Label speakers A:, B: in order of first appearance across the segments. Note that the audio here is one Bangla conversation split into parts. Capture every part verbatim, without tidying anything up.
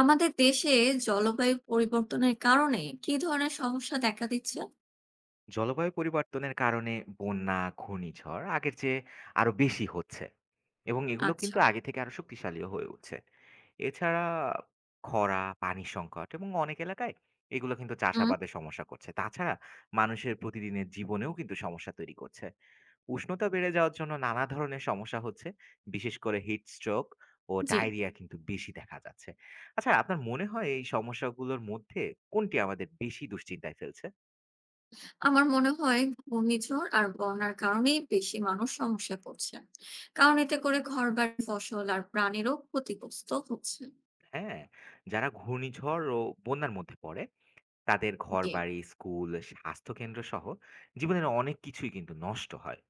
A: আমাদের দেশে জলবায়ু পরিবর্তনের কারণে কি ধরনের সমস্যা দেখা দিচ্ছে?
B: জলবায়ু পরিবর্তনের কারণে বন্যা, ঘূর্ণিঝড় আগের চেয়ে আরো বেশি হচ্ছে এবং এগুলো
A: আচ্ছা।
B: কিন্তু আগে থেকে আরো শক্তিশালীও হয়ে উঠছে। এছাড়া খরা, পানি সংকট এবং অনেক এলাকায় এগুলো কিন্তু
A: হুম।
B: চাষাবাদে সমস্যা করছে। তাছাড়া মানুষের প্রতিদিনের জীবনেও কিন্তু সমস্যা তৈরি করছে। উষ্ণতা বেড়ে যাওয়ার জন্য নানা ধরনের সমস্যা হচ্ছে। বিশেষ করে হিট স্ট্রোক ও
A: জি।
B: ডায়রিয়া কিন্তু বেশি দেখা যাচ্ছে। আচ্ছা, আপনার মনে হয় এই সমস্যাগুলোর মধ্যে কোনটি আমাদের বেশি দুশ্চিন্তায় ফেলছে?
A: আমার মনে হয় ঘূর্ণিঝড় আর বন্যার কারণেই বেশি মানুষ সমস্যা পড়ছে, কারণ এতে করে ঘরবাড়ি ফসল আর প্রাণীরও ক্ষতিগ্রস্ত হচ্ছে।
B: হ্যাঁ, যারা ঘূর্ণিঝড় ও বন্যার মধ্যে পড়ে তাদের
A: জি।
B: ঘরবাড়ি, স্কুল, স্বাস্থ্যকেন্দ্র সহ জীবনের অনেক কিছুই কিন্তু নষ্ট হয়।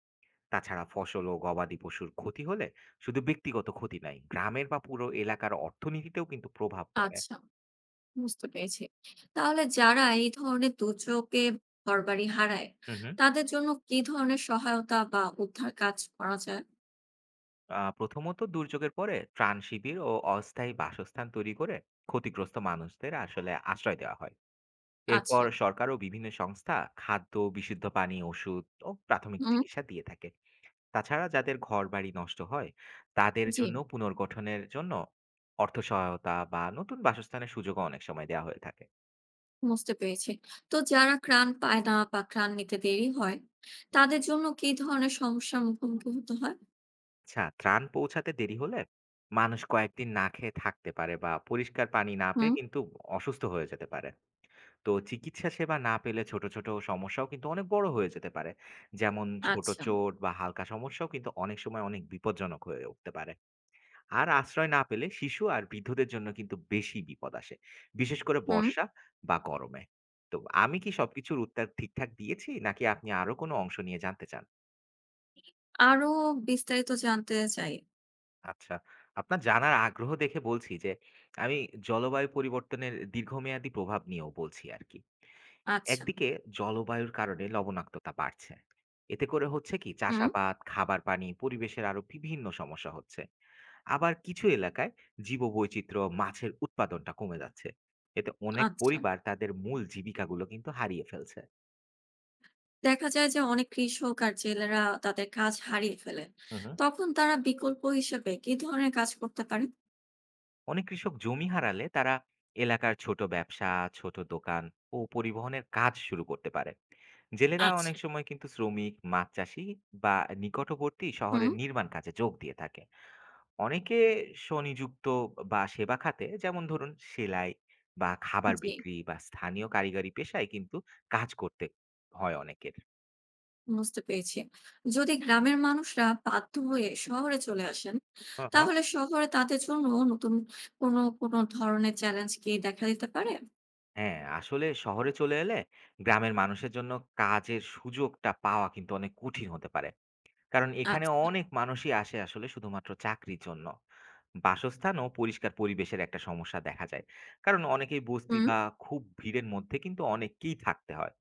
B: তাছাড়া ফসল ও গবাদি পশুর ক্ষতি হলে শুধু ব্যক্তিগত ক্ষতি নয়, গ্রামের বা পুরো এলাকার অর্থনীতিতেও কিন্তু প্রভাব পড়ে।
A: আচ্ছা, বুঝতে পেরেছি। তাহলে যারা এই ধরনের দুর্যোগে ঘরবাড়ি হারায়,
B: হুম, হুম।
A: তাদের জন্য কি ধরনের সহায়তা বা উদ্ধার কাজ করা যায়?
B: আ প্রথমত দুর্যোগের পরে ত্রাণ শিবির ও অস্থায়ী বাসস্থান তৈরি করে ক্ষতিগ্রস্ত মানুষদের আসলে আশ্রয় দেওয়া হয়। এরপর
A: আচ্ছা।
B: সরকার ও বিভিন্ন সংস্থা খাদ্য, বিশুদ্ধ পানি, ওষুধ ও প্রাথমিক
A: হুম।
B: চিকিৎসা দিয়ে থাকে। তাছাড়া যাদের ঘরবাড়ি নষ্ট হয়, তাদের
A: জি।
B: জন্য পুনর্গঠনের জন্য অর্থ সহায়তা বা নতুন বাসস্থানের সুযোগও অনেক সময় দেওয়া হয়ে থাকে।
A: বুঝতে পেরেছি। তো যারা ত্রাণ পায় না বা ত্রাণ নিতে দেরি হয়, তাদের জন্য কি ধরনের সমস্যার মুখোমুখি হতে হয়?
B: আচ্ছা, ত্রাণ পৌঁছাতে দেরি হলে মানুষ কয়েকদিন না খেয়ে থাকতে পারে বা পরিষ্কার পানি না পেয়ে
A: হুম।
B: কিন্তু অসুস্থ হয়ে যেতে পারে। তো চিকিৎসা সেবা না পেলে ছোট, ছোট সমস্যাও কিন্তু অনেক বড় হয়ে যেতে পারে। যেমন ছোট
A: আচ্ছা।
B: চোট বা হালকা সমস্যাও কিন্তু অনেক সময় অনেক বিপজ্জনক হয়ে উঠতে পারে। আর আশ্রয় না পেলে শিশু আর বৃদ্ধদের জন্য কিন্তু বেশি বিপদ আসে। বিশেষ করে
A: হুম।
B: বর্ষা বা গরমে। তো আমি কি সবকিছুর উত্তর ঠিকঠাক দিয়েছি? নাকি আপনি আরো কোনো অংশ নিয়ে জানতে চান?
A: আরো বিস্তারিত জানতে চাই।
B: আচ্ছা, আপনার জানার আগ্রহ দেখে বলছি যে, আমি জলবায়ু পরিবর্তনের দীর্ঘমেয়াদী প্রভাব নিয়েও বলছি আরকি।
A: আচ্ছা।
B: একদিকে জলবায়ুর কারণে লবণাক্ততা বাড়ছে। এতে করে হচ্ছে কি
A: হুম।
B: চাষাবাদ, খাবার পানি, পরিবেশের আরো বিভিন্ন সমস্যা হচ্ছে। আবার কিছু এলাকায় জীববৈচিত্র্য, মাছের উৎপাদনটা কমে যাচ্ছে। এতে অনেক
A: আচ্ছা।
B: পরিবার তাদের মূল জীবিকাগুলো কিন্তু হারিয়ে ফেলছে।
A: দেখা যায় যে অনেক কৃষক আর জেলেরা তাদের কাজ হারিয়ে ফেলে।
B: হুম, হুম।
A: তখন তারা বিকল্প হিসেবে কি ধরনের কাজ করতে পারে?
B: অনেক কৃষক জমি হারালে তারা এলাকার ছোট ব্যবসা, ছোট দোকান ও পরিবহনের কাজ শুরু করতে পারে। জেলেরা অনেক
A: আচ্ছা।
B: সময় কিন্তু শ্রমিক, মাছ চাষি বা নিকটবর্তী
A: হুম।
B: শহরের নির্মাণ কাজে যোগ দিয়ে থাকে। অনেকে স্বনিযুক্ত বা সেবা খাতে যেমন ধরুন সেলাই বা খাবার
A: জি।
B: বিক্রি বা স্থানীয় কারিগরি পেশায় কিন্তু কাজ করতে হয় অনেকের।
A: বুঝতে পেরেছি। যদি গ্রামের মানুষরা বাধ্য হয়ে শহরে চলে আসেন,
B: হ্যাঁ, হ্যাঁ।
A: তাহলে শহরে তাদের জন্য নতুন কোনো, কোনো ধরনের চ্যালেঞ্জ কি দেখা দিতে পারে?
B: হ্যাঁ, আসলে শহরে চলে এলে গ্রামের মানুষের জন্য কাজের সুযোগটা পাওয়া কিন্তু অনেক কঠিন হতে পারে, কারণ এখানে
A: আচ্ছা।
B: অনেক মানুষই আসে আসলে শুধুমাত্র চাকরির জন্য। বাসস্থান ও পরিষ্কার পরিবেশের একটা সমস্যা দেখা যায়, কারণ অনেকেই বস্তি
A: হুম।
B: বা খুব ভিড়ের মধ্যে কিন্তু অনেককেই থাকতে হয়।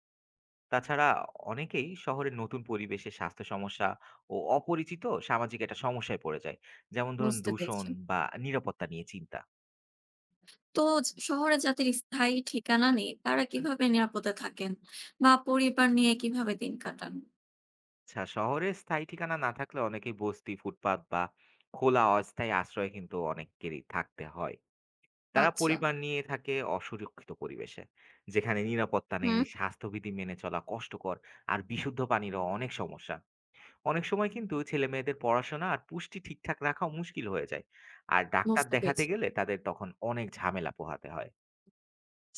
B: তাছাড়া অনেকেই শহরের নতুন পরিবেশে স্বাস্থ্য সমস্যা ও অপরিচিত সামাজিক একটা সমস্যায় পড়ে যায়, যেমন ধরুন
A: বুঝতে
B: দূষণ
A: পেরেছি।
B: বা নিরাপত্তা নিয়ে চিন্তা।
A: তো জ শহরে যাদের স্থায়ী ঠিকানা নেই, তারা
B: হুম।
A: কিভাবে নিরাপদে থাকেন? বা পরিবার নিয়ে কিভাবে দিন কাটান?
B: আচ্ছা, শহরে স্থায়ী ঠিকানা না থাকলে অনেকেই বস্তি, ফুটপাত বা খোলা অস্থায়ী আশ্রয়ে কিন্তু অনেকেরই থাকতে হয়। তারা
A: আচ্ছা।
B: পরিবার নিয়ে থাকে অসুরক্ষিত পরিবেশে, যেখানে নিরাপত্তা নেই,
A: হুম।
B: স্বাস্থ্যবিধি মেনে চলা কষ্টকর, আর বিশুদ্ধ পানিরও অনেক সমস্যা। অনেক সময় কিন্তু ছেলেমেয়েদের পড়াশোনা আর পুষ্টি ঠিকঠাক রাখা মুশকিল হয়ে যায়, আর ডাক্তার
A: বুঝতে
B: দেখাতে
A: পেরেছি।
B: গেলে তাদের তখন অনেক ঝামেলা পোহাতে হয়।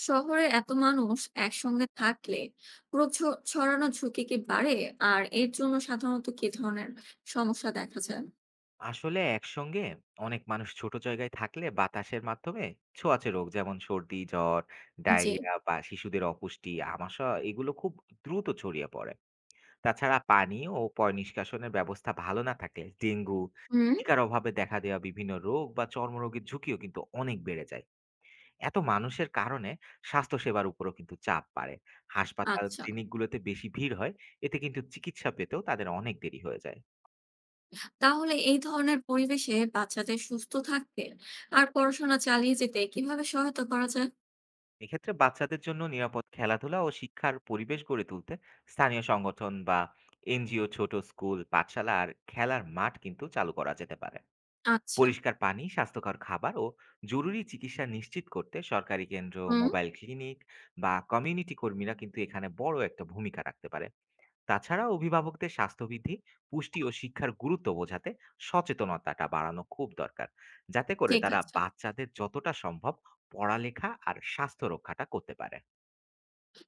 A: শহরে এত মানুষ একসঙ্গে থাকলে রোগ ছ ছড়ানোর ঝুঁকি কি বাড়ে? আর এর জন্য সাধারণত কি ধরনের সমস্যা দেখা যায়?
B: আসলে একসঙ্গে অনেক মানুষ ছোট জায়গায় থাকলে বাতাসের মাধ্যমে ছোঁয়াচে রোগ যেমন সর্দি, জ্বর,
A: জি।
B: ডায়রিয়া বা শিশুদের অপুষ্টি, আমাশয় এগুলো খুব দ্রুত ছড়িয়ে পড়ে। তাছাড়া পানি ও পয় নিষ্কাশনের ব্যবস্থা ভালো না থাকলে ডেঙ্গু,
A: হুম।
B: টিকার অভাবে দেখা দেওয়া বিভিন্ন রোগ বা চর্মরোগের ঝুঁকিও কিন্তু অনেক বেড়ে যায়। এত মানুষের কারণে স্বাস্থ্যসেবার উপরও কিন্তু চাপ বাড়ে। হাসপাতাল,
A: আচ্ছা।
B: ক্লিনিকগুলোতে বেশি ভিড় হয়। এতে কিন্তু চিকিৎসা পেতেও তাদের অনেক দেরি হয়ে যায়।
A: তাহলে এই ধরনের পরিবেশে বাচ্চাদের সুস্থ থাকতে আর পড়াশোনা চালিয়ে যেতে কিভাবে সহায়তা করা যায়?
B: এক্ষেত্রে বাচ্চাদের জন্য নিরাপদ খেলাধুলা ও শিক্ষার পরিবেশ গড়ে তুলতে স্থানীয় সংগঠন বা এনজিও ছোট স্কুল, পাঠশালা আর খেলার মাঠ কিন্তু চালু করা যেতে পারে।
A: আচ্ছা।
B: পরিষ্কার পানি, স্বাস্থ্যকর খাবার ও জরুরি চিকিৎসা নিশ্চিত করতে সরকারি কেন্দ্র,
A: হুম,
B: মোবাইল ক্লিনিক বা কমিউনিটি কর্মীরা কিন্তু এখানে বড় একটা ভূমিকা রাখতে পারে। তাছাড়া অভিভাবকদের স্বাস্থ্যবিধি, পুষ্টি ও শিক্ষার গুরুত্ব বোঝাতে সচেতনতাটা বাড়ানো খুব দরকার, যাতে করে
A: ঠিক
B: তারা
A: আছে।
B: বাচ্চাদের যতটা সম্ভব পড়ালেখা আর স্বাস্থ্য রক্ষাটা করতে পারে।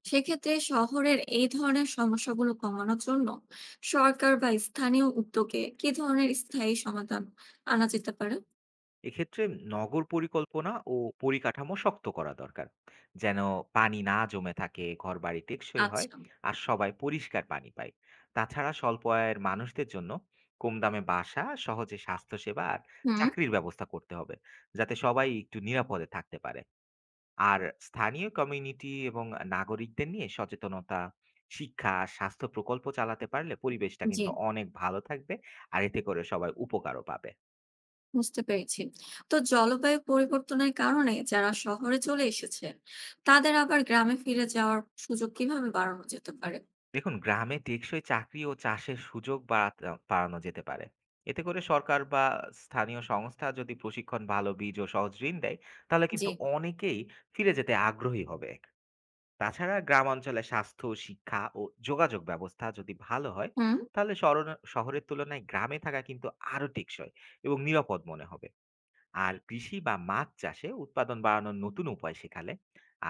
A: সেক্ষেত্রে শহরের এই ধরনের সমস্যাগুলো কমানোর জন্য সরকার বা স্থানীয় উদ্যোগে কি ধরনের স্থায়ী সমাধান আনা যেতে পারে?
B: এক্ষেত্রে নগর পরিকল্পনা ও পরিকাঠামো শক্ত করা দরকার, যেন পানি না জমে থাকে, ঘরবাড়ি টেকসই হয়
A: আচ্ছা।
B: আর সবাই পরিষ্কার পানি পায়। তাছাড়া স্বল্প আয়ের মানুষদের জন্য কম দামে বাসা, সহজে স্বাস্থ্যসেবা আর
A: হুম।
B: চাকরির ব্যবস্থা করতে হবে, যাতে সবাই একটু নিরাপদে থাকতে পারে। আর স্থানীয় কমিউনিটি এবং নাগরিকদের নিয়ে সচেতনতা, শিক্ষা আর স্বাস্থ্য প্রকল্প চালাতে পারলে পরিবেশটা
A: জি।
B: কিন্তু অনেক ভালো থাকবে, আর এতে করে সবাই উপকারও পাবে।
A: বুঝতে পেরেছি। তো জলবায়ু পরিবর্তনের কারণে যারা শহরে চলে এসেছে, তাদের আবার গ্রামে ফিরে যাওয়ার সুযোগ কিভাবে বাড়ানো যেতে পারে?
B: দেখুন গ্রামে টেকসই চাকরি ও চাষের সুযোগ বাড়াতে বাড়ানো যেতে পারে। এতে করে সরকার বা স্থানীয় সংস্থা যদি প্রশিক্ষণ, ভালো বীজ ও সহজ ঋণ দেয়, তাহলে
A: জি।
B: কিন্তু অনেকেই ফিরে যেতে আগ্রহী হবে। তাছাড়া গ্রামাঞ্চলে স্বাস্থ্য, শিক্ষা ও যোগাযোগ ব্যবস্থা যদি ভালো হয়,
A: হুম।
B: তাহলে শরণ শহরের তুলনায় গ্রামে থাকা কিন্তু আরো টেকসই এবং নিরাপদ মনে হবে। আর কৃষি বা মাছ চাষে উৎপাদন বাড়ানোর নতুন উপায় শেখালে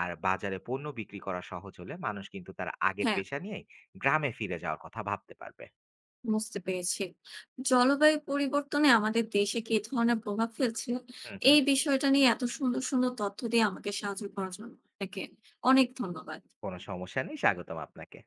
B: আর বাজারে পণ্য বিক্রি করা সহজ হলে মানুষ কিন্তু তার আগের
A: হ্যাঁ,
B: পেশা নিয়ে গ্রামে ফিরে যাওয়ার কথা ভাবতে পারবে।
A: বুঝতে পেরেছি। জলবায়ু পরিবর্তনে আমাদের দেশে কি ধরনের প্রভাব ফেলছে,
B: হুম, হুম।
A: এই বিষয়টা নিয়ে এত সুন্দর, সুন্দর তথ্য দিয়ে আমাকে সাহায্য করার জন্য আপনাকে অনেক ধন্যবাদ।
B: কোনো সমস্যা নেই। স্বাগতম আপনাকে।